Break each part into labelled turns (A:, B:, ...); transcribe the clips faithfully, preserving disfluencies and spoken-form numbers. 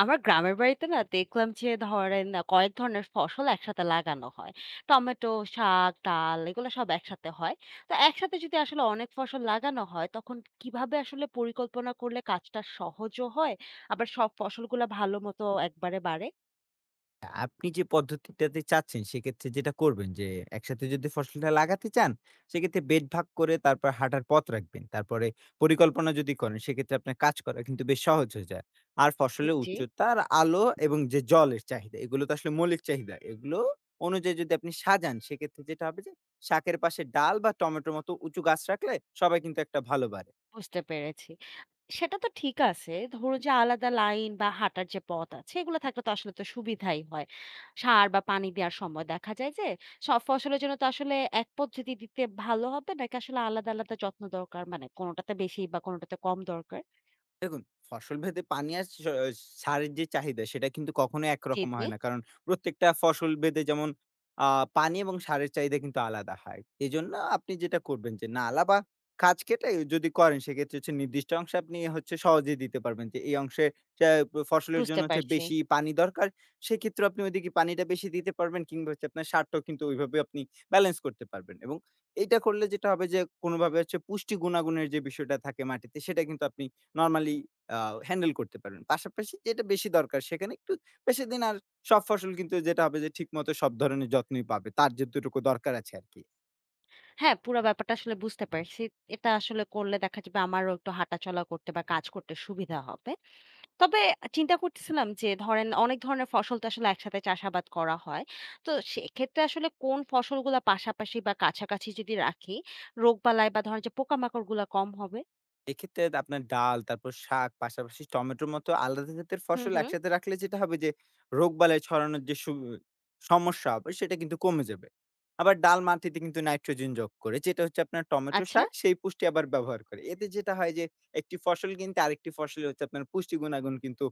A: আমার গ্রামের বাড়িতে না দেখলাম যে ধরেন আ কয়েক ধরনের ফসল একসাথে লাগানো হয়। টমেটো, শাক, ডাল এগুলো সব একসাথে হয়। তো একসাথে যদি আসলে অনেক ফসল লাগানো হয় তখন কিভাবে আসলে পরিকল্পনা করলে কাজটা সহজও হয় আবার সব ফসলগুলা ভালো মতো একবারে বাড়ে?
B: আপনি যে পদ্ধতিটাতে চাচ্ছেন সেক্ষেত্রে যেটা করবেন যে একসাথে যদি ফসলটা লাগাতে চান সেক্ষেত্রে বেড ভাগ করে তারপর হাঁটার পথ রাখবেন। তারপরে পরিকল্পনা যদি করেন সেক্ষেত্রে আপনার কাজ করা কিন্তু বেশ সহজ হয়ে যায়। আর
A: জি,
B: ফসলের
A: জি।
B: উচ্চতা আর আলো এবং যে জলের চাহিদা, এগুলো তো আসলে মৌলিক চাহিদা, এগুলো অনুযায়ী যদি আপনি সাজান সেক্ষেত্রে যেটা হবে যে শাকের পাশে ডাল বা টমেটোর মতো উঁচু গাছ রাখলে সবাই কিন্তু একটা ভালো বাড়ে।
A: বুঝতে পেরেছি। সেটা তো ঠিক আছে। ধরুন যে আলাদা লাইন বা হাঁটার যে পথ আছে এগুলো থাকলে তো আসলে তো সুবিধাই হয়। সার বা পানি দেওয়ার সময় দেখা যায় যে সব ফসলের জন্য তো আসলে এক পদ্ধতি দিতে ভালো হবে নাকি আসলে আলাদা, আলাদা যত্ন দরকার? মানে কোনটাতে বেশি বা কোনটাতে কম দরকার?
B: ফসল ভেদে পানি আর স সারের যে চাহিদা সেটা কিন্তু কখনোই
A: জি,
B: একরকম
A: জি।
B: হয় না। কারণ প্রত্যেকটা ফসল ভেদে যেমন আ পানি এবং সারের চাহিদা কিন্তু আলাদা হয়। এজন্য আপনি যেটা করবেন যে নালা বা খাঁজ কেটে যদি করেন সেক্ষেত্রে হচ্ছে নির্দিষ্ট অংশে আপনি হচ্ছে সহজেই দিতে পারবেন যে এই অংশে সে ফসলের
A: বুঝতে
B: জন্য হচ্ছে
A: পারছি।
B: বেশি পানি দরকার। সেক্ষেত্রে আপনি ওইদিকে পানিটা বেশি দিতে পারবেন, কিংবা হচ্ছে আপনার সারটাও কিন্তু ওইভাবে আপনি ব্যালেন্স করতে পারবেন। এবং এইটা করলে যেটা হবে যে কোনোভাবে হচ্ছে পুষ্টি গুণাগুণের যে বিষয়টা থাকে মাটিতে, সেটা কিন্তু আপনি নরমালি আ হ্যান্ডেল করতে পারবেন। পাশাপাশি যেটা বেশি দরকার সেখানে একটু বেশিদিন আর সব ফসল কিন্তু যেটা হবে যে ঠিকমতো সব ধরনের যত্নই পাবে, তার যতটুকু দরকার আছে আরকি।
A: হ্যাঁ, পুরা ব্যাপারটা আসলে বুঝতে পারছি। এটা আসলে করলে দেখা যাবে আমারও একটু হাঁটাচলা করতে বা কাজ করতে সুবিধা হবে। তবে চিন্তা করতেছিলাম যে ধরেন অনেক ধরনের ফসল তো আসলে একসাথে চাষাবাদ করা হয়। তো সেক্ষেত্রে আসলে কোন ফসলগুলা পাশাপাশি বা কাছাকাছি যদি রাখি, রোগবালাই বা ধরেন যে পোকামাকড়গুলা কম হবে?
B: এক্ষেত্রে আপনার ডাল, তারপর শাক, পাশাপাশি টমেটোর মতো আলাদা জাতের
A: হুম,
B: ফসল
A: হুম।
B: একসাথে রাখলে যেটা হবে যে, রোগবালাই ছড়ানোর যে সু সমস্যা হবে সেটা কিন্তু কমে যাবে। আবার ডাল মাটিতে কিন্তু নাইট্রোজেন যোগ করে, যেটা হচ্ছে আপনার টমেটো
A: আচ্ছা,
B: শাক সেই পুষ্টি আবার ব্যবহার করে। এতে যেটা হয় যে, একটি ফসল কিন্তু আরেকটি ফসলে হচ্ছে আপনার পুষ্টি গুণাগুণ কিন্তু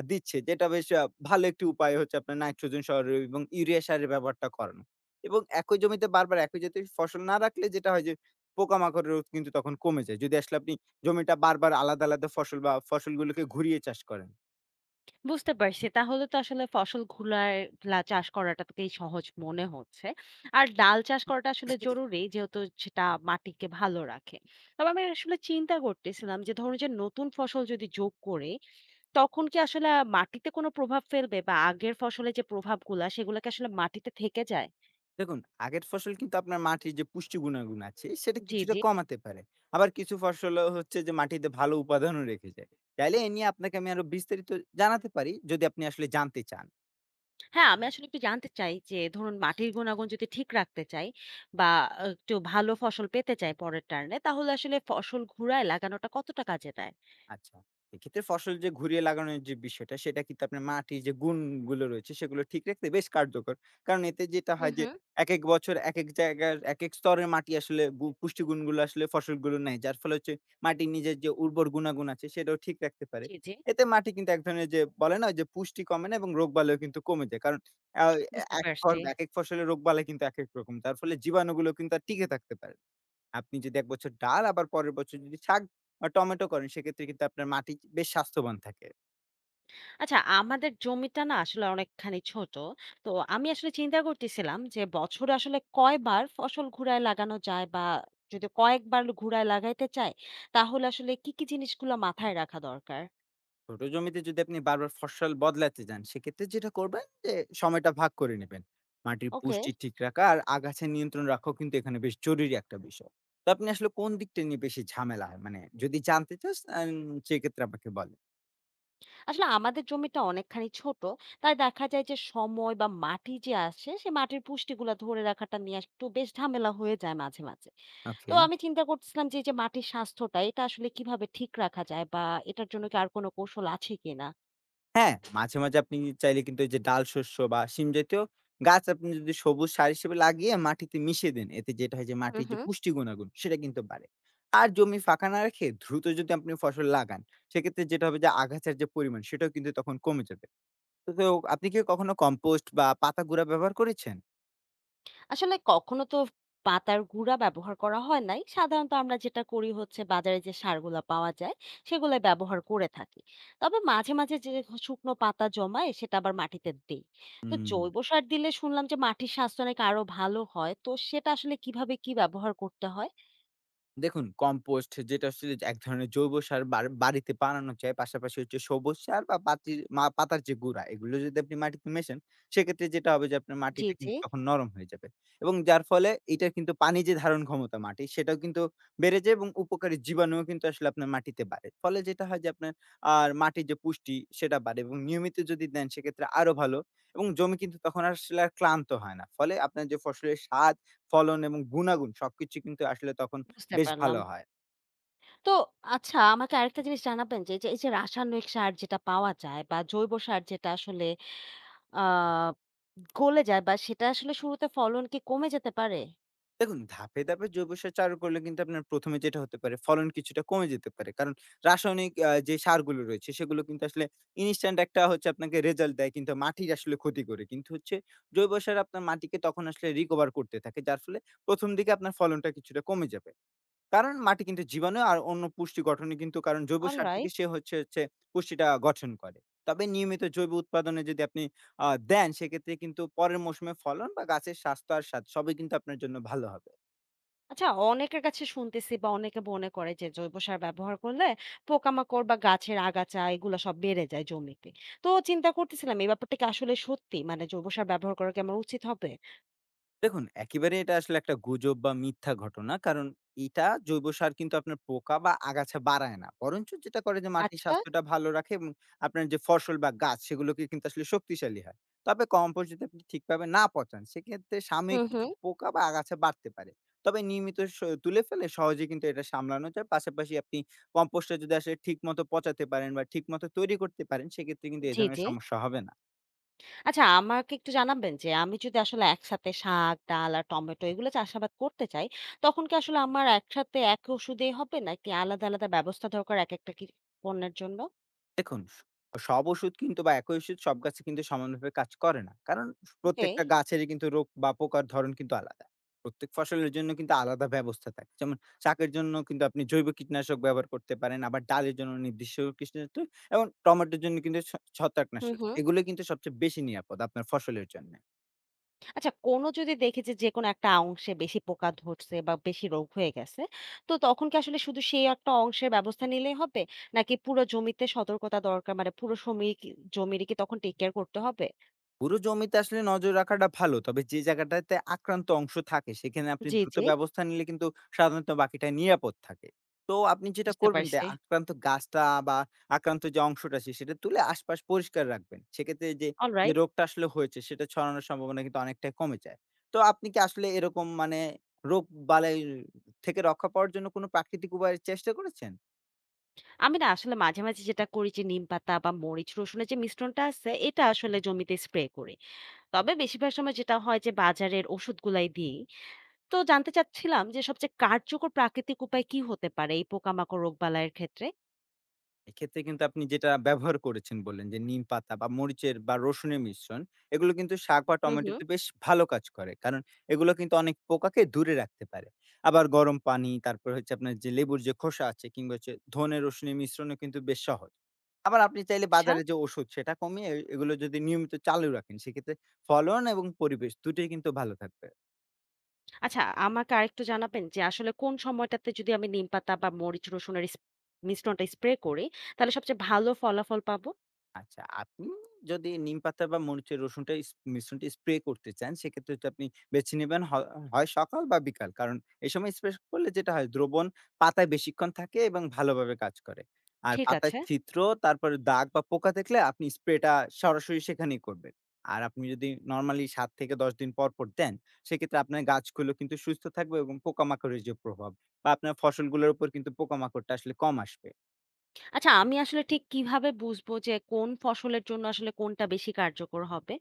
B: আ দিচ্ছে। যেটা বেশ আ ভালো একটি উপায় হচ্ছে আপনার নাইট্রোজেন সহ এবং ইউরিয়া সারের ব্যবহারটা করানো। এবং একই জমিতে বারবার একই জাতীয় ফসল না রাখলে যেটা হয় যে, পোকামাকড়ের রোধ কিন্তু তখন কমে যায়, যদি আসলে আপনি জমিটা বারবার আলাদা, আলাদা ফসল বা ফসলগুলোকে ঘুরিয়ে চাষ করেন।
A: বুঝতে পারছি। তাহলে তো আসলে ফসলগুলার লা চাষ করাটাকেই সহজ মনে হচ্ছে। আর ডাল চাষ করাটা আসলে জরুরি যেহেতু সেটা মাটিকে ভালো রাখে। তবে আমি আসলে চিন্তা করতেছিলাম যে ধরুন যে নতুন ফসল যদি যোগ করে তখন কি আসলে আ মাটিতে কোনো প্রভাব ফেলবে বা আগের ফসলে যে প্রভাবগুলা সেগুলা কি আসলে মাটিতে থেকে যায়?
B: দেখুন, আগের ফসল কিন্তু আপনার মাটির যে পুষ্টি গুণাগুণ আছে সেটা
A: জি,
B: কিছুটা
A: জি।
B: কমাতে পারে। আবার কিছু ফসলও হচ্ছে যে মাটিতে ভালো উপাদানও রেখে যায়। চাইলে এ নিয়ে আপনাকে আমি আরো বিস্তারিত জানাতে পারি, যদি আপনি আসলে জানতে চান।
A: হ্যাঁ, আমি আসলে একটু জানতে চাই যে ধরুন মাটির গুণাগুণ যদি ঠিক রাখতে চাই বা আ একটু ভালো ফসল পেতে চাই পরের টার্নে তাহলে আসলে ফসল ঘুরায় লাগানোটা কতটা কাজে দেয়?
B: আচ্ছা। এক্ষেত্রে ফসল যে ঘুরিয়ে লাগানোর যে বিষয়টা, সেটা কিন্তু আপনার মাটির যে গুণগুলো রয়েছে, সেগুলো ঠিক রাখতে বেশ কার্যকর। কারণ এতে যেটা
A: হু,
B: হয় যে,
A: হু।
B: একেক বছর একেক জায়গার একেক স্তরের মাটি আসলে গু পুষ্টি গুণগুলো আসলে ফসলগুলো নেয়। যার ফলে হচ্ছে মাটির নিজের যে উর্বর গুণাগুণ আছে, সেটাও ঠিক রাখতে পারে।
A: জি, জি।
B: এতে মাটি কিন্তু এক ধরনের যে বলে না যে পুষ্টি কমে না এবং রোগবালাইও কিন্তু কমে যায়। কারণ আ
A: বুঝতে
B: এক ফর
A: পারছি।
B: একেক ফসলের রোগবালাই কিন্তু একেক রকম। যার ফলে জীবাণুগুলো কিন্তু আর টিকে থাকতে পারে না। আপনি যদি এক বছর ডাল আবার পরের বছর যদি শাক বা টমেটো করেন সেক্ষেত্রে কিন্তু আপনার মাটি বেশ স্বাস্থ্যবান থাকে।
A: আচ্ছা, আমাদের জমিটা না আসলে অনেকখানি ছোট। তো আমি আসলে চিন্তা করতেছিলাম যে বছরে আসলে কয়বার ফসল ঘুরায় লাগানো যায় বা যদি কয়েকবার ঘুরায় লাগাইতে চাই, তাহলে আসলে কি, কি জিনিসগুলো মাথায় রাখা দরকার?
B: ছোট জমিতে যদি আপনি বারবার ফসল বদলাতে যান সেক্ষেত্রে যেটা করবেন যে সময়টা ভাগ করে নেবেন। মাটির
A: ওকে।
B: পুষ্টি ঠিক রাখা আর আগাছা নিয়ন্ত্রণ রাখাও কিন্তু এখানে বেশ জরুরি একটা বিষয়। তো আপনি আসলে কোন দিকটা নিয়ে বেশি ঝামেলা হয়? মানে যদি জানতে চাস আন সেক্ষেত্রে আমাকে বলেন।
A: আসলে আমাদের জমিটা অনেকখানি ছোট। তাই দেখা যায় যে সময় বা মাটি যে আসে, সে মাটির পুষ্টিগুলা ধরে রাখাটা নিয়ে একটু বেশ ঝামেলা হয়ে যায় মাঝে, মাঝে। তো
B: ওকে।
A: আমি চিন্তা করতেছিলাম যে এই যে মাটির স্বাস্থ্যটা, এটা আসলে কিভাবে ঠিক রাখা যায় বা এটার জন্য কি আর কোনো কৌশল আছে কিনা?
B: হ্যাঁ, মাঝে, মাঝে আপনি চাইলে কিন্তু এই যে ডাল শস্য বা শিম জাতীয় গাছ আপনি যদি সবুজ সার হিসেবে লাগিয়ে মাটিতে মিশিয়ে দেন, এতে যেটা হয় যে
A: হুম,
B: মাটির যে
A: হুম।
B: পুষ্টি গুণাগুণ সেটা কিন্তু বাড়ে। আর জমি ফাঁকা না রেখে দ্রুত যদি আপনি ফসল লাগান, সেক্ষেত্রে যেটা হবে যে আগাছার যে পরিমাণ সেটাও কিন্তু তখন কমে যাবে। তো তো আপনি কি কখনো কম্পোস্ট বা পাতা গুঁড়া ব্যবহার করেছেন?
A: আসলে কখনো তো পাতার গুঁড়া ব্যবহার করা হয় নাই। সাধারণত আমরা যেটা করি হচ্ছে বাজারে যে সারগুলা পাওয়া যায়, সেগুলো ব্যবহার করে থাকি। তবে মাঝে, মাঝে যে শুকনো পাতা জমায় সেটা আবার মাটিতে দেই। তো
B: হুম।
A: জৈব সার দিলে শুনলাম যে মাটির স্বাস্থ্য নাকি আরো ভালো হয়। তো সেটা আসলে কিভাবে কি ব্যবহার করতে হয়?
B: দেখুন, কম্পোস্ট যেটা আসলে এক ধরনের জৈব সার বার- বাড়িতে বানানো যায়, পাশাপাশি হচ্ছে সবুজ সার বা পাতির মা- পাতার যে গুঁড়া, এগুলো যদি আপনি মাটিতে মেশান সেক্ষেত্রে যেটা হবে যে আপনার
A: জি,
B: মাটিটা
A: জি,
B: কিন্তু তখন নরম হয়ে যাবে এবং যার ফলে এটা কিন্তু পানি যে ধারণ ক্ষমতা মাটি সেটাও কিন্তু বেড়ে যায় এবং উপকারী জীবাণুও কিন্তু আসলে আপনার মাটিতে বাড়ে। ফলে যেটা হয় যে আপনার আর মাটির যে পুষ্টি সেটা বাড়ে এবং নিয়মিত যদি দেন সেক্ষেত্রে আরো ভালো। এবং জমি কিন্তু তখন আসলে আর ক্লান্ত হয় না, ফলে আপনার যে ফসলের স্বাদ, ফলন এবং গুণাগুণ সবকিছু কিন্তু আসলে তখন
A: বুঝতে
B: বেশ
A: পারলাম।
B: ভালো হয়।
A: তো আচ্ছা আমাকে আরেকটা জিনিস জানাবেন যে, যে এই যে রাসায়নিক সার যেটা পাওয়া যায় বা জৈব সার যেটা আসলে আ গলে যায় বা সেটা আসলে শুরুতে ফলন কি কমে যেতে পারে?
B: দেখুন, ধাপে, ধাপে জৈব সার চালু করলে কিন্তু আপনার ১ম এ যেটা হতে পারে ফলন কিছুটা কমে যেতে পারে। কারণ রাসায়নিক আ যে সারগুলো রয়েছে সেগুলো কিন্তু আসলে ইনস্ট্যান্ট একটা হচ্ছে আপনাকে রেজাল্ট দেয়, কিন্তু মাটির আসলে ক্ষতি করে। কিন্তু হচ্ছে জৈব সার আপনার মাটিকে তখন আসলে রিকভার করতে থাকে। যার ফলে ১ম দিকে আপনার ফলনটা কিছুটা কমে যাবে। কারণ মাটি কিন্তু জীবাণু আর অন্য পুষ্টি গঠনে কিন্তু কারণ জৈব সার থেকে
A: অলরাইট।
B: সে হচ্ছে হচ্ছে পুষ্টিটা গঠন করে। তবে নিয়মিত জৈব উৎপাদনে যদি আপনি আ দেন সেক্ষেত্রে কিন্তু পরের মৌসুমে ফলন বা গাছের স্বাস্থ্য আর স্বাদ সবই কিন্তু আপনার জন্য ভালো হবে।
A: আচ্ছা অনেকের কাছে শুনতেছি বা অনেকে মনে করে যে জৈব সার ব্যবহার করলে পোকামাকড় বা গাছের আগাছা এগুলো সব বেড়ে যায় জমিতে। তো চিন্তা করতেছিলাম এই ব্যাপারটা কি আসলে সত্যি? মানে জৈব সার ব্যবহার করা কি আমার উচিত হবে?
B: দেখুন, একেবারে এটা আসলে একটা গুজব বা মিথ্যা ঘটনা। কারণ এটা জৈব সার কিন্তু আপনার পোকা বা আগাছা বাড়ায় না। বরঞ্চ যেটা করে যে মাটির
A: আচ্ছা।
B: স্বাস্থ্যটা ভালো রাখে এবং আপনার যে ফসল বা গাছ সেগুলোকে কিন্তু আসলে শক্তিশালী হয়। তবে কম্পোস্ট যদি আপনি ঠিকভাবে না পচান সেক্ষেত্রে সাময়িক
A: হুম,
B: কিছু
A: হুম।
B: পোকা বা আগাছা বাড়তে পারে। তবে নিয়মিত স তুলে ফেলে সহজেই কিন্তু এটা সামলানো যায়। পাশাপাশি আপনি কম্পোস্টটা যদি আসলে ঠিকমতো পচাতে পারেন বা ঠিকমতো তৈরি করতে পারেন সেক্ষেত্রে কিন্তু এ
A: জি,
B: ধরনের
A: জি।
B: সমস্যা হবে না।
A: আচ্ছা আমাকে একটু জানাবেন যে আমি যদি আসলে একসাথে শাক, ডাল আর টমেটো এগুলো চাষাবাদ করতে চাই, তখন কি আসলে আমার একসাথে এক ওষুধেই হবে নাকি আলাদা, আলাদা ব্যবস্থা দরকার একেকটা কি পণ্যের জন্য?
B: দেখুন, স সব ওষুধ কিন্তু বা একই ওষুধ সব গাছে কিন্তু সমানভাবে কাজ করে না। কারণ
A: ওকে।
B: প্রত্যেকটা গাছেরই কিন্তু রোগ বা পোকার ধরন কিন্তু আলাদা। প্রত্যেক ফসলের জন্য কিন্তু আলাদা ব্যবস্থা থাকে। যেমন শাকের জন্য কিন্তু আপনি জৈব কীটনাশক ব্যবহার করতে পারেন। আবার ডালের জন্য নির্দিষ্ট কীটনাশক এবং টমেটোর জন্য কিন্তু ছ
A: হুম,
B: ছত্রাকনাশক।
A: হুম।
B: এগুলো কিন্তু সবচেয়ে বেশি নিরাপদ আপনার ফসলের জন্য।
A: আচ্ছা কোনো যদি দেখেছে যে কোনো একটা অংশে বেশি পোকা ধরছে বা বেশি রোগ হয়ে গেছে, তো তখন কি আসলে শুধু সেই একটা অংশের ব্যবস্থা নিলেই হবে? নাকি পুরো জমিতে সতর্কতা দরকার? মানে পুরো সমীর কি জমিরই কি তখন টেক কেয়ার করতে হবে?
B: পুরো জমিতে আসলে নজর রাখাটা ভালো। তবে যে জায়গাটাতে আক্রান্ত অংশ থাকে সেখানে আপনি
A: জি,
B: দ্রুত
A: জি।
B: ব্যবস্থা নিলে কিন্তু সাধারণত বাকিটা নিরাপদ থাকে। তো আপনি যেটা
A: বুঝতে
B: করবেন যে
A: পারছি।
B: আক্রান্ত গাছটা বা আক্রান্ত যে অংশটা আছে সেটা তুলে আশপাশ পরিষ্কার রাখবেন। সেক্ষেত্রে যে, যে
A: অলরাইট।
B: রোগটা আসলে হয়েছে সেটা ছড়ানোর সম্ভাবনা কিন্তু অনেকটাই কমে যায়। তো আপনি কি আসলে এরকম, মানে রোগ বালাই থেকে রক্ষা পাওয়ার জন্য কোনো প্রাকৃতিক উপায়ের চেষ্টা করেছেন?
A: আমি না আসলে মাঝে, মাঝে যেটা করি যে নিমপাতা বা মরিচ রসুনের যে মিশ্রণটা আছে এটা আসলে জমিতে স্প্রে করি। তবে বেশিরভাগ সময় যেটা হয় যে বাজারের ওষুধগুলাই দিই। তো জানতে চাচ্ছিলাম যে সবচেয়ে কার্যকর প্রাকৃতিক উপায় কি হতে পারে এই পোকামাকড় রোগবালাইয়ের ক্ষেত্রে?
B: এক্ষেত্রে কিন্তু আপনি যেটা ব্যবহার করেছেন বললেন যে নিম পাতা বা মরিচের বা রসুনের মিশ্রণ, এগুলো কিন্তু শাক বা
A: হু, হু।
B: টমেটোতে বেশ ভালো কাজ করে। কারণ এগুলো কিন্তু অনেক পোকাকে দূরে রাখতে পারে। আবার গরম পানি, তারপর হচ্ছে আপনার যে লেবুর যে খোসা আছে, কিংবা হচ্ছে ধনে রসুনের মিশ্রণও কিন্তু বেশ সহজ। আবার আপনি চাইলে
A: আচ্ছা।
B: বাজারে যে ওষুধ সেটা কমিয়ে এ- এগুলো যদি নিয়মিত চালু রাখেন সেক্ষেত্রে ফলন এবং পরিবেশ দুটোই কিন্তু ভালো থাকবে।
A: আচ্ছা আমাকে আরেকটু জানাবেন যে আসলে কোন সময়টাতে যদি আমি নিমপাতা বা মরিচ রসুনের ইস মিশ্রণটা স্প্রে করি, তাহলে সবচেয়ে ভালো ফলাফল পাবো?
B: আচ্ছা, আপনি যদি নিমপাতা বা মরিচের রসুনটা ইস মিশ্রণটা স্প্রে করতে চান, সেক্ষেত্রে হচ্ছে আপনি বেছে নিবেন হয় হয় সকাল বা বিকাল। কারণ এই সময় স্প্রে করলে যেটা হয় দ্রবণ পাতায় বেশিক্ষণ থাকে এবং ভালোভাবে কাজ করে। আর
A: ঠিক
B: পাতায়
A: আছে
B: ছিদ্র, তারপরে দাগ বা পোকা দেখলে আপনি স্প্রেটা সরাসরি সেখানেই করবেন। আর আপনি যদি নরমালি সাত থেকে দশ দিন পর, পর দেন, সেক্ষেত্রে আপনার গাছগুলো কিন্তু সুস্থ থাকবে এবং পোকামাকড়ের যে প্রভাব বা আপনার ফসলগুলোর উপর কিন্তু পোকামাকড়টা আসলে কম আসবে।
A: আচ্ছা আমি আসলে ঠিক কিভাবে বুঝবো যে কোন ফসলের জন্য আসলে কোনটা বেশি কার্যকর হবে?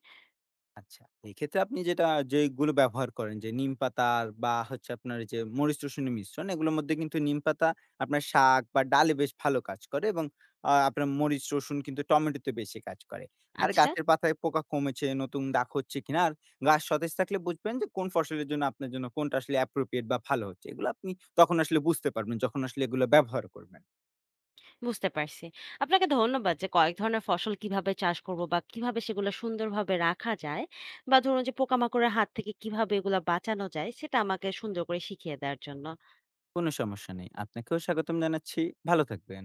B: আচ্ছা। এক্ষেত্রে আপনি যেটা যেগুলো ব্যবহার করেন যে নিমপাতা বা হচ্ছে আপনার যে মরিচ রসুনের মিশ্রণ, এগুলোর মধ্যে কিন্তু নিমপাতা আপনার শাক বা ডালে বেশ ভালো কাজ করে এবং আ আপনার মরিচ রসুন কিন্তু টমেটোতে বেশি কাজ করে। আর
A: আচ্ছা,
B: গাছের পাতায় পোকা কমেছে, নতুন দাগ হচ্ছে কিনা, আর গাছ সতেজ থাকলে বুঝবেন যে কোন ফসলের জন্য আপনার জন্য কোনটা আসলে appropriate বা ভালো হচ্ছে। এগুলো আপনি তখন আসলে বুঝতে পারবেন যখন আসলে এগুলো ব্যবহার করবেন।
A: বুঝতে পারছি। আপনাকে ধন্যবাদ যে কয়েক ধরনের ফসল কিভাবে চাষ করব বা কিভাবে সেগুলো সুন্দরভাবে রাখা যায় বা ধরুন যে পোকামাকড়ের হাত থেকে কিভাবে এগুলা বাঁচানো যায় সেটা আমাকে সুন্দর করে শিখিয়ে দেওয়ার জন্য।
B: কোনো সমস্যা নেই। আপনাকেও স্বাগতম জানাচ্ছি। ভালো থাকবেন।